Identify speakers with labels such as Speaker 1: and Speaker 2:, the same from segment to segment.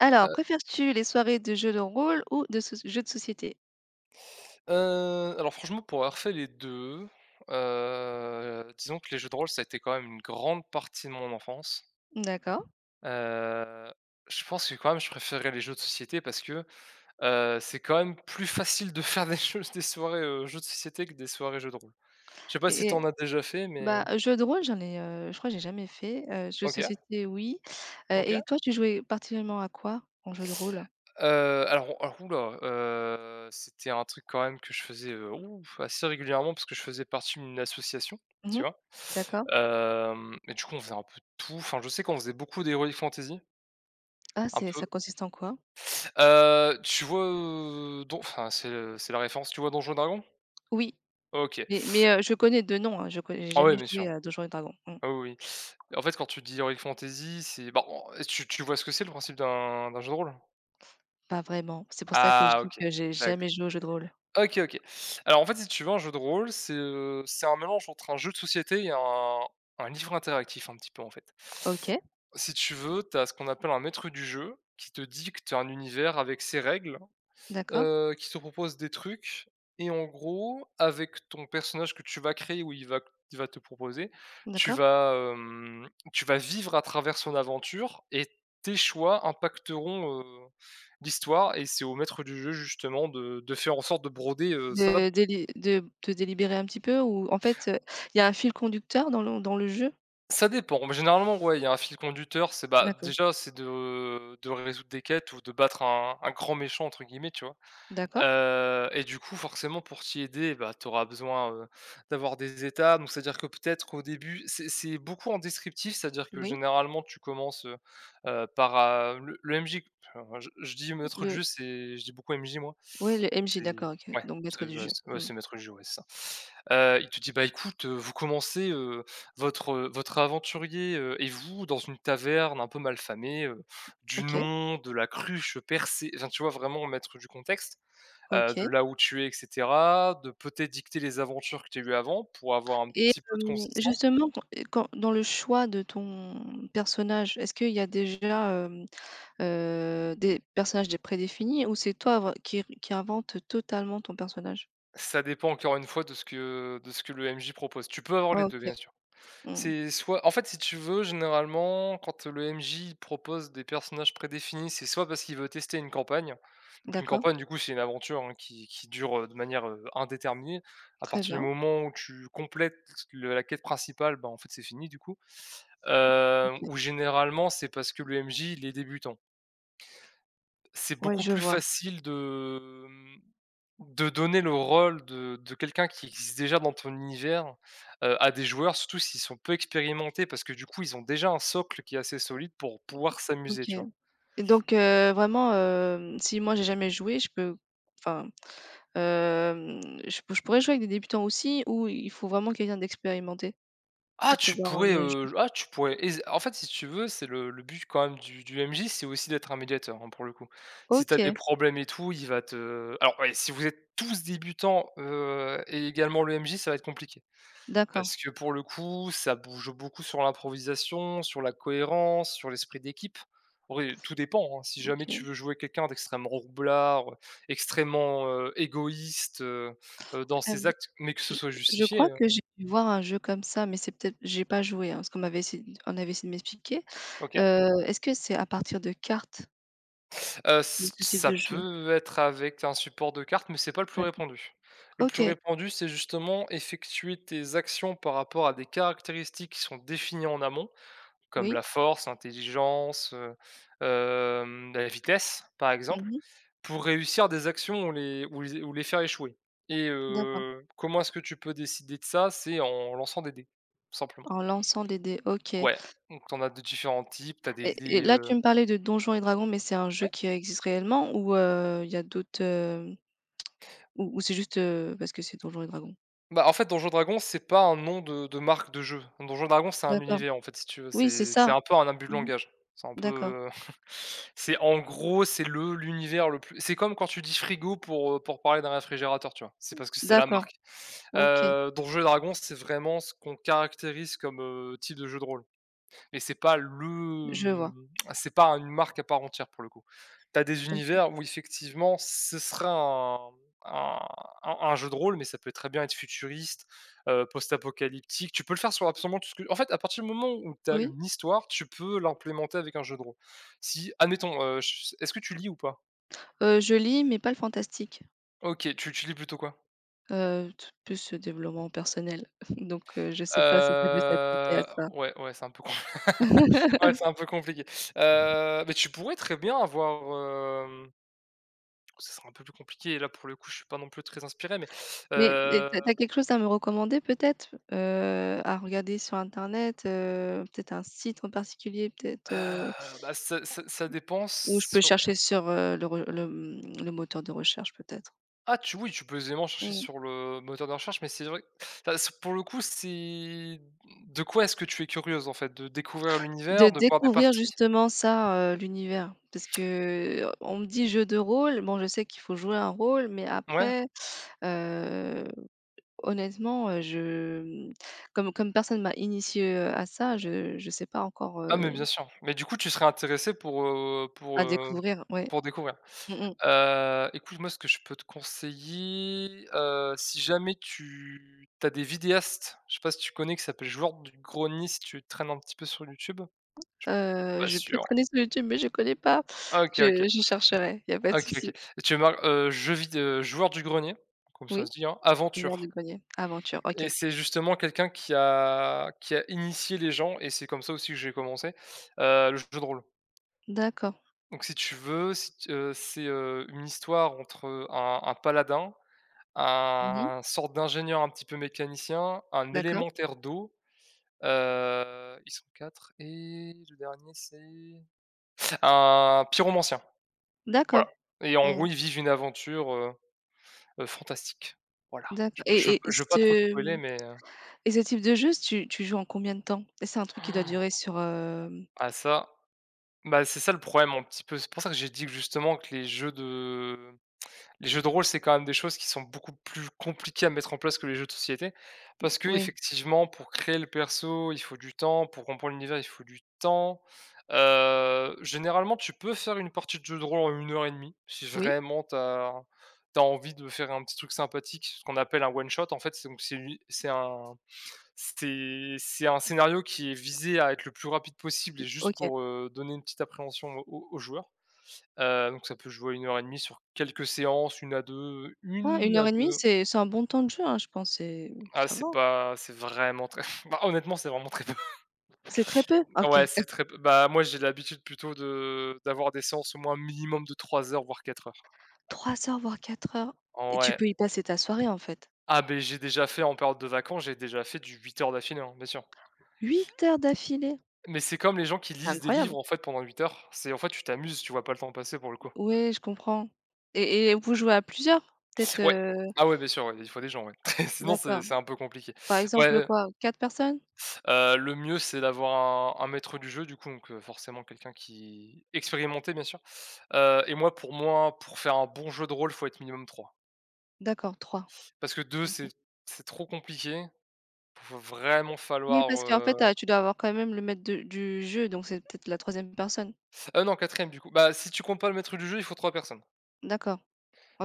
Speaker 1: Alors,
Speaker 2: Heu,
Speaker 1: préfères-tu les soirées de jeux de rôle ou de soc jeux de société?
Speaker 2: heu, alors franchement, pour avoir fait les 2, disons que les jeux de rôle, ça a été quand même une grande partie de mon enfance.
Speaker 1: D'accord
Speaker 2: Heu, je pense que quand même je préférais les jeux de société parce que, c'est quand même plus facile de faire des soirées, jeux de société que des soirées jeux de rôle. Je sais pas si
Speaker 1: et
Speaker 2: t'en as déjà fait, mais
Speaker 1: bah, jeux de rôle, je crois que j'ai jamais fait, jeux de
Speaker 2: OK,
Speaker 1: société, oui,
Speaker 2: OK.
Speaker 1: et toi, tu jouais particulièrement à quoi en jeu de rôle?
Speaker 2: Heu, alors ouh là, c'était un truc quand même que je faisais, ouf, assez régulièrement parce que je faisais partie d'une association, tu
Speaker 1: Mmh.
Speaker 2: vois?
Speaker 1: D'accord.
Speaker 2: Hem et du coup, on faisait un peu de tout. Enfin, je sais qu'on faisait beaucoup d'Heroic Fantasy,
Speaker 1: Ah,
Speaker 2: un
Speaker 1: c'est
Speaker 2: peu.
Speaker 1: ça consiste en quoi?
Speaker 2: Tu vois, don enfin, c'est la référence, tu vois, Donjons& et Dragons?
Speaker 1: Oui,
Speaker 2: OK.
Speaker 1: mais je connais de nom, hein, je n'ai
Speaker 2: Ah ouais,
Speaker 1: jamais
Speaker 2: bien
Speaker 1: joué
Speaker 2: sûr.
Speaker 1: à Donjons& et Dragons. Mmh.
Speaker 2: Ah oui, oui. En fait, quand tu dis Heroic Fantasy, c'est bah, on tu vois ce que c'est, le principe d'un jeu de rôle?
Speaker 1: Pas vraiment, c'est pour ça que je
Speaker 2: Ah
Speaker 1: dis
Speaker 2: OK.
Speaker 1: que j'ai jamais joué au jeu de rôle.
Speaker 2: OK, OK. Alors, en fait, si tu veux, un jeu de rôle, c'est un mélange entre un jeu de société et un livre interactif un petit peu, en fait.
Speaker 1: OK,
Speaker 2: Si tu veux, tu as ce qu'on appelle un maître du jeu qui te dicte un univers avec ses règles,
Speaker 1: d'accord,
Speaker 2: qui te propose des trucs et en gros, avec ton personnage que tu vas créer, ou il va te proposer, tu
Speaker 1: d'accord.
Speaker 2: vas, hem, tu vas vivre à travers son aventure et tes choix impacteront, l'histoire, et c'est au maître du jeu justement de faire en sorte de broder, ça
Speaker 1: De te délibérer un petit peu ou en fait, il y a un fil conducteur dans le jeu?
Speaker 2: ça dépend, mais généralement, ouais, il y a un fil conducteur, c'est, bah,
Speaker 1: D'accord.
Speaker 2: déjà, c'est de résoudre des quêtes ou de battre un «grand méchant» entre guillemets, tu vois?
Speaker 1: D'accord.
Speaker 2: Et du coup, forcément, pour t'y aider, bah, tu auras besoin, d'avoir des étapes. Donc c'est-à-dire que peut-être qu'au début, c'est beaucoup en descriptif, c'est-à-dire que
Speaker 1: Oui,
Speaker 2: généralement tu commences, par, le MJ. Alors je dis maître de
Speaker 1: le
Speaker 2: jeu, c'est, je dis beaucoup MJ, moi,
Speaker 1: ouais, le MJ,
Speaker 2: c'est,
Speaker 1: d'accord, OK,
Speaker 2: ouais,
Speaker 1: donc maître
Speaker 2: c'est,
Speaker 1: du
Speaker 2: bah,
Speaker 1: jeu.
Speaker 2: c'est, ouais,
Speaker 1: Mmh.
Speaker 2: c'est maître de jeu, ouais, c'est ça. Il te dit: «Bah, écoute, vous commencez, votre aventurier, et vous, dans une taverne un peu malfamée, du
Speaker 1: OK,
Speaker 2: nom de la cruche percée», enfin, tu vois, vraiment mettre du contexte, de
Speaker 1: OK.
Speaker 2: là où tu es, et cetera, de peut-être dicter les aventures que tu as eues avant pour avoir un
Speaker 1: Et
Speaker 2: petit peu de consistant.
Speaker 1: justement, quand dans le choix de ton personnage, est-ce qu'il y a déjà, des personnages dé prédéfinis, ou c'est toi vr qui r qui invente totalement ton personnage?
Speaker 2: Ça dépend encore une fois de ce que le MJ propose. Tu peux avoir les deux,
Speaker 1: OK.
Speaker 2: bien sûr.
Speaker 1: Mmh.
Speaker 2: C'est soit, en fait, si tu veux, généralement, quand le MJ propose des personnages prédéfinis, c'est soit parce qu'il veut tester une campagne, donc une
Speaker 1: D'accord,
Speaker 2: campagne, du coup, c'est une aventure, hein, qui dure, de manière, indéterminée. À
Speaker 1: très
Speaker 2: partir du
Speaker 1: bien.
Speaker 2: moment où tu complètes le la quête principale, bah, en fait, c'est fini, du coup,
Speaker 1: OK.
Speaker 2: ou généralement c'est parce que le MJ, il est débutant. C'est
Speaker 1: Ouais,
Speaker 2: beaucoup
Speaker 1: je
Speaker 2: plus
Speaker 1: vois.
Speaker 2: facile de donner le rôle de quelqu'un qui existe déjà dans ton univers, à des joueurs, surtout s'ils sont peu expérimentés, parce que du coup, ils ont déjà un socle qui est assez solide pour pouvoir s'amuser,
Speaker 1: OK.
Speaker 2: tu vois?
Speaker 1: Et donc, vraiment, si moi j'ai jamais joué, je peux enfin, hem, je pourrais jouer avec des débutants aussi, ou il faut vraiment quelqu'un d'expérimenté pour pouvoir, mener le jeu?
Speaker 2: Ah tu pourrais aise en fait, si tu veux, c'est le but quand même du MJ, c'est aussi d'être un médiateur, hein, pour le coup. Si tu as des
Speaker 1: OK,
Speaker 2: problèmes et tout, il va te alors ouais, si vous êtes tous débutants, et également le MJ, ça va être compliqué.
Speaker 1: d'accord,
Speaker 2: Parce que pour le coup, ça bouge beaucoup sur l'improvisation, sur la cohérence, sur l'esprit d'équipe. Oui, tout dépend, hein. Si jamais tu
Speaker 1: OK.
Speaker 2: veux jouer quelqu'un d'extrêmement roublard, extrêmement, égoïste, dans ses
Speaker 1: Hem,
Speaker 2: actes, mais que ce
Speaker 1: je
Speaker 2: soit
Speaker 1: je
Speaker 2: justifié,
Speaker 1: crois que j'ai dû voir un jeu comme ça, mais c'est peut-être j'ai pas joué, hein, parce qu'on avait essayé de m'expliquer.
Speaker 2: OK.
Speaker 1: Est-ce que c'est à partir de cartes, ce
Speaker 2: Ç
Speaker 1: ce type
Speaker 2: Ça
Speaker 1: de jeu?
Speaker 2: peut être avec un support de carte, mais c'est pas le plus
Speaker 1: D'accord.
Speaker 2: répandu. Le plus
Speaker 1: OK,
Speaker 2: répandu, c'est justement effectuer tes actions par rapport à des caractéristiques qui sont définies en amont, comme la
Speaker 1: oui.
Speaker 2: force, l'intelligence, la vitesse, par exemple,
Speaker 1: Mmh.
Speaker 2: pour réussir des actions ou les faire échouer. Et
Speaker 1: D'accord.
Speaker 2: comment est-ce que tu peux décider de ça? C'est en lançant des dés, tout simplement.
Speaker 1: En lançant des dés, OK.
Speaker 2: Ouais, donc t'en as de différents types, t'as des
Speaker 1: Et
Speaker 2: dés,
Speaker 1: là, tu me parlais de Donjons et Dragons, mais c'est un jeu qui existe réellement, ou il y a d'autres, ou c'est juste, parce que c'est Donjons et Dragons?
Speaker 2: bah, en fait, Donjons& Dragons, c'est pas un nom de marque de jeu. Donjons& Dragons, c'est un
Speaker 1: D'accord.
Speaker 2: univers, en fait, si tu veux.
Speaker 1: Oui, c'est
Speaker 2: C'est
Speaker 1: ça.
Speaker 2: un peu un abus de
Speaker 1: Mmh.
Speaker 2: langage. C'est un
Speaker 1: D'accord,
Speaker 2: peu, c'est en gros, c'est le l'univers le plus, c'est comme quand tu dis frigo pour, parler d'un réfrigérateur, tu vois? C'est parce que c'est la
Speaker 1: d'accord.
Speaker 2: marque.
Speaker 1: OK,
Speaker 2: Donjons& Dragons, c'est vraiment ce qu'on caractérise comme, type de jeu de rôle. Mais
Speaker 1: je vois.
Speaker 2: c'est pas une marque à part entière, pour le coup. T'as des
Speaker 1: Je
Speaker 2: univers où effectivement ce serait un un jeu de rôle, mais ça peut très bien être futuriste, post-apocalyptique. Tu peux le faire sur absolument tout ce que, en fait, à partir du moment où t'as
Speaker 1: Oui?
Speaker 2: une histoire, tu peux l'implémenter avec un jeu de rôle. Si admettons, je est-ce que tu lis ou pas?
Speaker 1: Je lis, mais pas le fantastique.
Speaker 2: OK, tu lis plutôt quoi?
Speaker 1: T plus ce développement personnel. Donc, je sais pas si ça peut s'appliquer à ça.
Speaker 2: Ouais, ouais, c'est un peu com ouais, c'est un peu compliqué. Mais tu pourrais très bien avoir, euh, ça sera un peu plus compliqué, et là, pour le coup, je suis pas non plus très inspiré, mais
Speaker 1: Mais et
Speaker 2: heu,
Speaker 1: tu as quelque chose à me recommander peut-être? À regarder sur internet, peut-être un site en particulier.
Speaker 2: bah, ça dépend
Speaker 1: Ou je peux
Speaker 2: sur,
Speaker 1: chercher sur, le moteur de recherche peut-être.
Speaker 2: ah, tu oui, tu peux aisément chercher
Speaker 1: Mmh.
Speaker 2: sur le moteur de recherche, mais c'est vrai, enfin, c pour le coup, c'est, de quoi est-ce que tu es curieuse, en fait? De découvrir l'univers,
Speaker 1: De
Speaker 2: de voir des
Speaker 1: découvrir
Speaker 2: parties?
Speaker 1: justement ça, l'univers. Parce que, on me dit: «Jeu de rôle», bon, je sais qu'il faut jouer un rôle, mais
Speaker 2: Ouais?
Speaker 1: après, heu, honnêtement, mmh, comme personne m'a initié à ça, je sais pas encore,
Speaker 2: Ah, mais bien sûr. Mais du coup, tu serais intéressée pour,
Speaker 1: à découvrir, ouais.
Speaker 2: pour découvrir?
Speaker 1: Mmh mh.
Speaker 2: Écoute, moi, ce que je peux te conseiller, si jamais tu as des vidéastes, je sais pas si tu connais, qui s'appelle Joueur du Grenier, si tu traînes un petit peu sur YouTube?
Speaker 1: Heu,
Speaker 2: Pas
Speaker 1: je peux
Speaker 2: sûr.
Speaker 1: traîner sur YouTube, mais je ne connais pas.
Speaker 2: Ah, OK,
Speaker 1: Je
Speaker 2: OK.
Speaker 1: je chercherai, il y a pas de
Speaker 2: OK, OK.
Speaker 1: souci.
Speaker 2: Et tu marques, jeux vid Joueur du Grenier, comme ça se
Speaker 1: Oui?
Speaker 2: dit, hein,
Speaker 1: Le Joueur du
Speaker 2: aventure.
Speaker 1: Grenier, aventure, OK.
Speaker 2: Et c'est justement quelqu'un qui a initié les gens, et c'est comme ça aussi que j'ai commencé, le jeu de rôle.
Speaker 1: D'accord.
Speaker 2: Donc si tu veux, si tu, c'est, une histoire entre un paladin,
Speaker 1: Mmh.
Speaker 2: un sorte d'ingénieur un petit peu mécanicien, un
Speaker 1: D'accord.
Speaker 2: élémentaire d'eau, ils sont quatre, et le dernier c'est un pyromancien, voilà.
Speaker 1: D'accord.
Speaker 2: Et en gros,
Speaker 1: Mmh.
Speaker 2: ils vivent une aventure, fantastique. Voilà,
Speaker 1: D'accord.
Speaker 2: je veux pas trop spoiler, mais
Speaker 1: Et ce type de jeu, tu joues en combien de temps? Et c'est un truc qui doit durer sur, hem
Speaker 2: ah ça, bah, c'est ça le problème, un petit peu. C'est pour ça que j'ai dit que justement que les jeux de rôle, c'est quand même des choses qui sont beaucoup plus compliquées à mettre en place que les jeux de société. Parce que,
Speaker 1: oui,
Speaker 2: effectivement, pour créer le perso, il faut du temps, pour comprendre l'univers, il faut du temps. Généralement, tu peux faire une partie de jeu de rôle en une heure et demie, si
Speaker 1: oui,
Speaker 2: vraiment tu as envie de faire un petit truc sympathique, ce qu'on appelle un one shot. En fait, c'est donc c'est une c'est un scénario qui est visé à être le plus rapide possible et juste
Speaker 1: OK.
Speaker 2: pour, donner une petite appréhension aux joueurs. Donc ça peut jouer à une heure et demie sur quelques séances,
Speaker 1: Ah,
Speaker 2: une à
Speaker 1: 1 heure et demie,
Speaker 2: deux.
Speaker 1: c'est un bon temps de jeu, hein, je pense, c'est
Speaker 2: Ah
Speaker 1: ça
Speaker 2: c'est
Speaker 1: va.
Speaker 2: pas c'est vraiment très bah, honnêtement, c'est vraiment très peu.
Speaker 1: C'est très peu? OK.
Speaker 2: Ouais, c'est très peu. Bah, moi, j'ai l'habitude plutôt de d'avoir des séances au moins un minimum de 3 heures, voire 4 heures.
Speaker 1: 3 heures, voire 4 heures,
Speaker 2: En
Speaker 1: et tu
Speaker 2: ouais.
Speaker 1: peux y passer ta soirée, en fait.
Speaker 2: Ah ben j'ai déjà fait en période de vacances, j'ai déjà fait du 8 heures d'affilée, hein, bien sûr.
Speaker 1: 8 heures d'affilée?
Speaker 2: Mais c'est comme les gens qui
Speaker 1: C'est
Speaker 2: lisent des livres,
Speaker 1: incroyable.
Speaker 2: en fait, pendant 8 heures. C'est, en fait, tu t'amuses, tu vois pas le temps passer pour le coup.
Speaker 1: Oui, je comprends. Et vous jouez à plusieurs? Peut-être,
Speaker 2: Ouais.
Speaker 1: heu
Speaker 2: Ah ouais, bien sûr, ouais, il faut des gens, ouais. Sinon
Speaker 1: d'accord.
Speaker 2: c'est un peu compliqué.
Speaker 1: Par exemple,
Speaker 2: Ouais.
Speaker 1: quoi, quatre personnes?
Speaker 2: Le mieux, c'est d'avoir un maître du jeu, du coup, donc forcément quelqu'un qui expérimenté, bien sûr. Pour moi, pour faire un bon jeu de rôle, faut être minimum 3.
Speaker 1: D'accord, 3.
Speaker 2: Parce que 2, c'est trop compliqué. Va vraiment
Speaker 1: Oui,
Speaker 2: falloir,
Speaker 1: parce qu'en fait, ah, tu dois avoir quand même le maître de du jeu, donc c'est peut-être la troisième personne.
Speaker 2: ah non, 4 du coup. Bah, si tu comptes pas le maître du jeu, il faut 3 personnes.
Speaker 1: D'accord,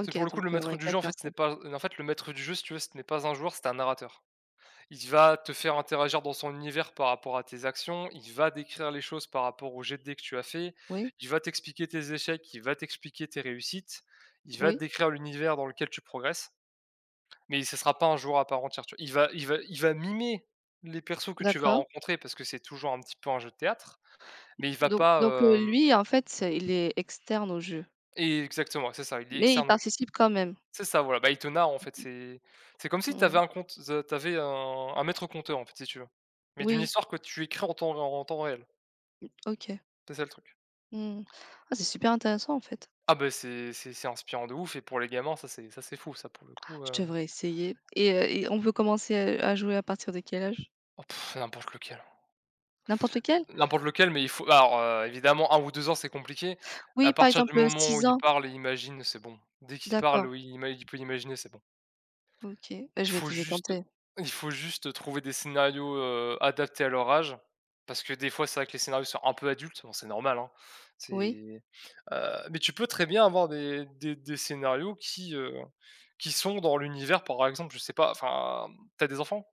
Speaker 2: C'est pour le coup,
Speaker 1: donc,
Speaker 2: le maître
Speaker 1: ouais,
Speaker 2: du jeu,
Speaker 1: quatre
Speaker 2: en fait, ce n'est
Speaker 1: personnes.
Speaker 2: pas, en fait, le maître du jeu, si tu veux, ce n'est pas un joueur, c'est un narrateur. Il va te faire interagir dans son univers par rapport à tes actions, il va décrire les choses par rapport au jet de dés que tu as fait,
Speaker 1: Oui,
Speaker 2: il va t'expliquer tes échecs, il va t'expliquer tes réussites, il va te
Speaker 1: oui,
Speaker 2: décrire l'univers dans lequel tu progresses, mais ce ne sera pas un joueur à part entière, tu vois. Il va mimer les persos que tu vas
Speaker 1: d'accord.
Speaker 2: rencontrer parce que c'est toujours un petit peu un jeu de théâtre, mais il va
Speaker 1: Donc
Speaker 2: pas.
Speaker 1: donc lui, en fait, c'est il est externe au jeu,
Speaker 2: Et exactement, c'est ça, il est
Speaker 1: mais il
Speaker 2: externe au jeu.
Speaker 1: participe quand même?
Speaker 2: C'est ça, voilà, bah, il te narre, en fait, c'est comme si tu avais
Speaker 1: Mmh.
Speaker 2: un compte, ze tu avais un maître conteur, en fait, si tu veux, mais d'une
Speaker 1: Oui,
Speaker 2: histoire que tu écris en temps réel.
Speaker 1: OK.
Speaker 2: C'est ça, le truc.
Speaker 1: Mmh. Ah, c'est super intéressant, en fait.
Speaker 2: Ah bah, c'est inspirant de ouf, et pour les gamins, ça, c'est fou, ça, pour le coup,
Speaker 1: Je devrais essayer. Et on peut commencer à jouer à partir de quel âge?
Speaker 2: oh pff, n'importe lequel.
Speaker 1: N'importe lequel?
Speaker 2: N'importe lequel, mais il faut, alors, évidemment un ou 2 ans, c'est compliqué. À
Speaker 1: Oui, par
Speaker 2: partir du
Speaker 1: exemple,
Speaker 2: moment où
Speaker 1: 6
Speaker 2: il
Speaker 1: ans?
Speaker 2: parle et imagine, c'est bon. Dès qu'il parle
Speaker 1: D'accord,
Speaker 2: ou il peut imaginer, c'est bon.
Speaker 1: OK. Bah,
Speaker 2: Il
Speaker 1: je vais
Speaker 2: faut
Speaker 1: je vais
Speaker 2: juste
Speaker 1: tenter.
Speaker 2: il faut juste trouver des scénarios, adaptés à leur âge. Parce que des fois, c'est vrai que les scénarios sont un peu adultes, bon, c'est normal, hein.
Speaker 1: Oui.
Speaker 2: C'est, mais tu peux très bien avoir des scénarios qui sont dans l'univers, par exemple, je sais pas, enfin, t'as des enfants?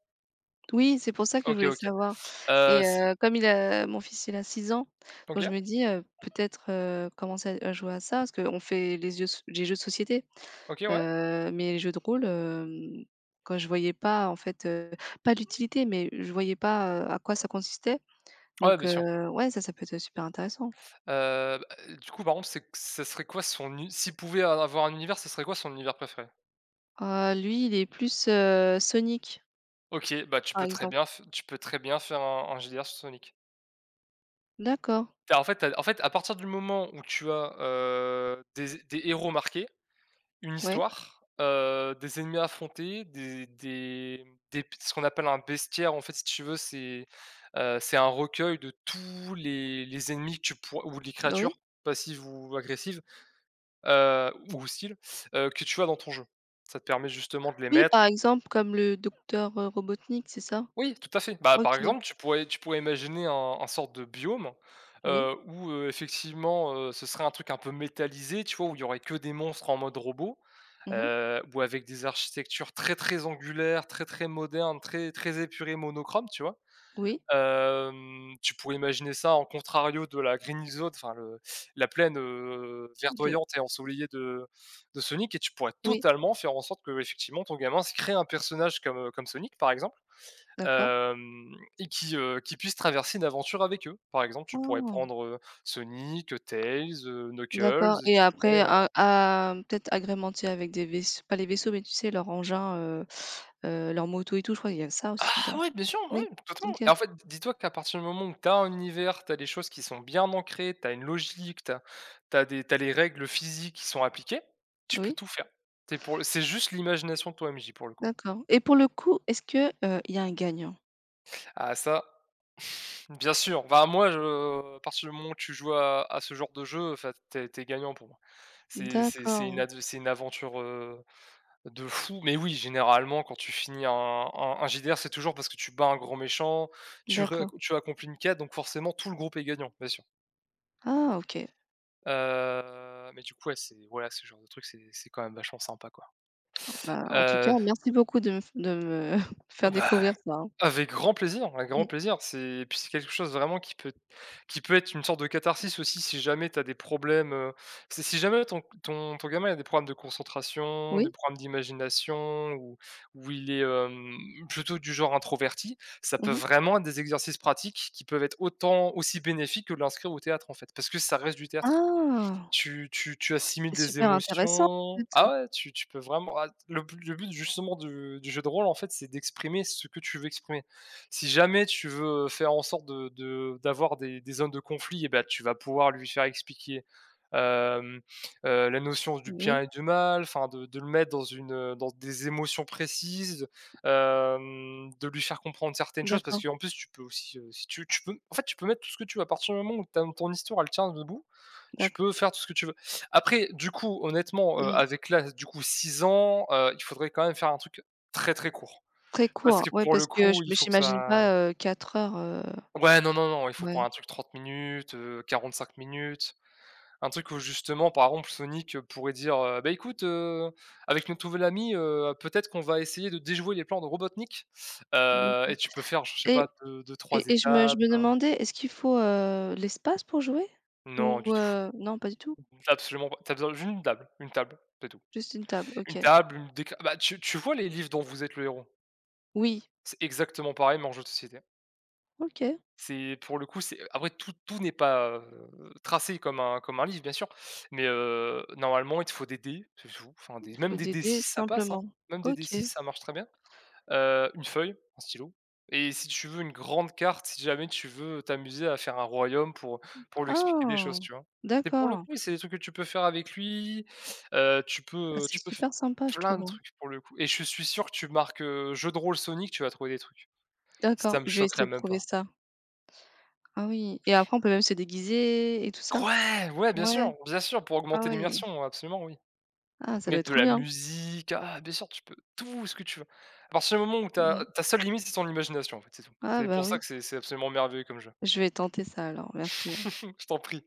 Speaker 1: Oui, c'est pour ça que je
Speaker 2: OK,
Speaker 1: voulais
Speaker 2: OK.
Speaker 1: savoir. Et
Speaker 2: C'est
Speaker 1: comme il a mon fils, il a 6 ans,
Speaker 2: OK,
Speaker 1: donc je me dis, peut-être, commencer à jouer à ça, parce qu'on fait les jeux, de société,
Speaker 2: OK, ouais.
Speaker 1: mais les jeux de rôle, quand je voyais pas en fait, pas l'utilité, mais je voyais pas, à quoi ça consistait,
Speaker 2: Ouais,
Speaker 1: donc,
Speaker 2: bien sûr.
Speaker 1: ouais, ça peut être super intéressant.
Speaker 2: Bah, du coup, par contre, c'est ça serait quoi son u s'il pouvait avoir un univers, ce serait quoi son univers préféré?
Speaker 1: Lui, il est plus, Sonic,
Speaker 2: OK, bah,
Speaker 1: par exemple.
Speaker 2: tu peux très bien faire un JDR sur Sonic.
Speaker 1: D'accord,
Speaker 2: Tu en fait, à partir du moment où tu as, des héros marqués, une
Speaker 1: ouais,
Speaker 2: histoire, des ennemis affrontés, des ce qu'on appelle un bestiaire, en fait, si tu veux. C'est un recueil de tous les ennemis que tu pourr ou les
Speaker 1: oui.
Speaker 2: créatures passives ou agressives, ou hostiles, que tu as dans ton jeu. Ça te permet justement de les
Speaker 1: Oui,
Speaker 2: mettre.
Speaker 1: par exemple, comme le Docteur Robotnik, c'est ça?
Speaker 2: Oui, tout à fait. Bah,
Speaker 1: OK,
Speaker 2: par exemple, tu pourrais imaginer un sorte de biome,
Speaker 1: oui.
Speaker 2: où, effectivement, ce serait un truc un peu métallisé, tu vois? Où il y aurait que des monstres en mode robot,
Speaker 1: Mmh.
Speaker 2: ou avec des architectures très, très angulaires, très, très modernes, très, très épurées, monochromes, tu vois?
Speaker 1: Oui,
Speaker 2: Tu pourrais imaginer ça en contrario de la Green Zone, enfin le la plaine,
Speaker 1: OK.
Speaker 2: verdoyante et ensoleillée de Sonic. Et tu pourrais
Speaker 1: Oui,
Speaker 2: totalement faire en sorte que, effectivement, ton gamin se crée un personnage comme Sonic, par exemple.
Speaker 1: d'accord.
Speaker 2: Hem Et qui puissent traverser une aventure avec eux. Par exemple, tu pourrais
Speaker 1: Oh!
Speaker 2: prendre, Sonic, Tails, Knuckles,
Speaker 1: D'accord. Et
Speaker 2: tu pourrais.
Speaker 1: après, peut-être agrémenter avec des vaisse pas les vaisseaux, mais tu sais, leurs engins, leurs motos et tout, je crois qu'il y a ça aussi
Speaker 2: Ah
Speaker 1: dedans.
Speaker 2: ouais, bien sûr,
Speaker 1: Oui,
Speaker 2: ouais, totalement.
Speaker 1: OK.
Speaker 2: Et en fait, dis-toi qu'à partir du moment où tu as un univers, tu as des choses qui sont bien ancrées, tu as une logique, tu as des t'as les règles physiques qui sont appliquées, tu peux
Speaker 1: Oui,
Speaker 2: tout faire. C'est juste l'imagination de ton MJ, pour le coup.
Speaker 1: d'accord. Et pour le coup, est-ce que, il y a un gagnant?
Speaker 2: Ah ça Bien sûr, enfin, moi je à partir du moment où tu joues à ce genre de jeu, enfin, tu es gagnant pour moi. C'est c'est c'est une
Speaker 1: D'accord,
Speaker 2: ad c'est une aventure, de fou, mais oui, généralement, quand tu finis un JDR, c'est toujours parce que tu bats un grand méchant,
Speaker 1: d'accord.
Speaker 2: tu accomplis une quête, donc forcément tout le groupe est gagnant, bien sûr.
Speaker 1: Ah, OK.
Speaker 2: Mais du coup, ouais, c'est voilà, ce genre de truc, c'est quand même vachement sympa, quoi.
Speaker 1: Bon bah, en tout cas,
Speaker 2: Heu,
Speaker 1: merci beaucoup de me f de me faire
Speaker 2: bah
Speaker 1: découvrir ça, hein.
Speaker 2: Avec grand plaisir, avec grand
Speaker 1: Mmh.
Speaker 2: plaisir. C'est Et puis c'est quelque chose vraiment qui peut être une sorte de catharsis, aussi, si jamais tu as des problèmes, si jamais ton gamin a des problèmes de concentration, des
Speaker 1: Oui?
Speaker 2: problèmes d'imagination, ou il est, plutôt du genre introverti, ça peut
Speaker 1: Mmh.
Speaker 2: vraiment être des exercices pratiques qui peuvent être autant aussi bénéfiques que de l'inscrire au théâtre, en fait, parce que ça reste du théâtre.
Speaker 1: Ah!
Speaker 2: Tu assimiles
Speaker 1: C'est
Speaker 2: des
Speaker 1: super intéressant, en
Speaker 2: émotions.
Speaker 1: fait,
Speaker 2: Ah
Speaker 1: hein.
Speaker 2: ouais, tu peux vraiment. Le but, justement, du jeu de rôle, en fait, c'est d'exprimer ce que tu veux exprimer. Si jamais tu veux faire en sorte de d'avoir des zones de conflit, et ben, tu vas pouvoir lui faire expliquer, hem, la notion du bien
Speaker 1: Oui,
Speaker 2: et du mal, enfin, de le mettre dans dans des émotions précises, de lui faire comprendre certaines choses, parce
Speaker 1: d'accord,
Speaker 2: qu'en plus tu peux aussi, si tu peux, en fait, tu peux mettre tout ce que tu veux à partir du moment où ta ton histoire, elle tient debout, tu
Speaker 1: d'accord.
Speaker 2: peux faire tout ce que tu veux. Après, du coup, honnêtement,
Speaker 1: Mmh.
Speaker 2: avec là, du coup, 6 ans, il faudrait quand même faire un truc très, très court.
Speaker 1: Très
Speaker 2: Parce
Speaker 1: court,
Speaker 2: que
Speaker 1: ouais,
Speaker 2: pour
Speaker 1: parce
Speaker 2: le
Speaker 1: que je
Speaker 2: coup, il
Speaker 1: me
Speaker 2: faut que
Speaker 1: j'imagine
Speaker 2: ça
Speaker 1: pas, 4 heures,
Speaker 2: ouais, non, non, non, il faut prendre un
Speaker 1: ouais.
Speaker 2: truc 30 minutes, 45 minutes. Un truc où, justement, par exemple, Sonic, pourrait dire, «Bah, écoute, avec notre nouvel ami, peut-être qu'on va essayer de déjouer les plans de Robotnik»,
Speaker 1: Mmh.
Speaker 2: et tu peux faire, je sais
Speaker 1: et
Speaker 2: pas, 2 3
Speaker 1: et et je me
Speaker 2: étapes.
Speaker 1: je me demandais, est-ce qu'il faut, l'espace pour jouer?
Speaker 2: Non,
Speaker 1: Ou,
Speaker 2: du tout,
Speaker 1: heu, non, pas du tout?
Speaker 2: absolument pas. T'as besoin d'une table, une table, c'est tout.
Speaker 1: Juste une table,
Speaker 2: Une
Speaker 1: OK.
Speaker 2: table, une déc bah, tu vois les livres dont vous êtes le héros?
Speaker 1: Oui,
Speaker 2: C'est exactement pareil, mais en jeu de société.
Speaker 1: OK,
Speaker 2: C'est pour le coup, c'est après tout, tout n'est pas, tracé comme un livre, bien sûr, mais normalement, il te faut des dés, c'est tout, enfin des
Speaker 1: il
Speaker 2: même
Speaker 1: faut
Speaker 2: des
Speaker 1: des
Speaker 2: d6,
Speaker 1: dés
Speaker 2: ça passe, hein,
Speaker 1: simplement.
Speaker 2: même des d
Speaker 1: OK.
Speaker 2: six ça marche très bien. Une feuille, un stylo, et si tu veux, une grande carte, si jamais tu veux t'amuser à faire un royaume pour lui expliquer des
Speaker 1: Ah!
Speaker 2: choses, tu vois? C'est pour le
Speaker 1: D'accord.
Speaker 2: coup, c'est des trucs que tu peux faire avec lui,
Speaker 1: Bah, c'est
Speaker 2: tu peux f
Speaker 1: super sympa, je
Speaker 2: plein de
Speaker 1: trouve, hein.
Speaker 2: trucs pour le coup. Et je suis sûr que tu marques, jeu de rôle Sonic, tu vas trouver des trucs. Ça
Speaker 1: D'accord,
Speaker 2: me
Speaker 1: je vais
Speaker 2: choquerait
Speaker 1: essayer de
Speaker 2: même
Speaker 1: trouver
Speaker 2: pas.
Speaker 1: ça. Ah oui, et après on peut même se déguiser et tout ça?
Speaker 2: Ouais, ouais,
Speaker 1: Ouais,
Speaker 2: bien sûr, pour
Speaker 1: ah
Speaker 2: augmenter
Speaker 1: oui.
Speaker 2: l'immersion, absolument, oui.
Speaker 1: Ah, ça
Speaker 2: Mais
Speaker 1: doit être
Speaker 2: de
Speaker 1: trop
Speaker 2: la
Speaker 1: bien.
Speaker 2: musique, ah bien sûr, tu peux tout ce que tu veux. À partir du moment où
Speaker 1: Mmh.
Speaker 2: ta seule limite, c'est ton imagination, en fait, c'est tout.
Speaker 1: Ah
Speaker 2: C'est
Speaker 1: bah
Speaker 2: pour ça
Speaker 1: oui,
Speaker 2: que c'est absolument merveilleux comme jeu.
Speaker 1: je vais tenter ça alors, merci.
Speaker 2: Je t'en prie.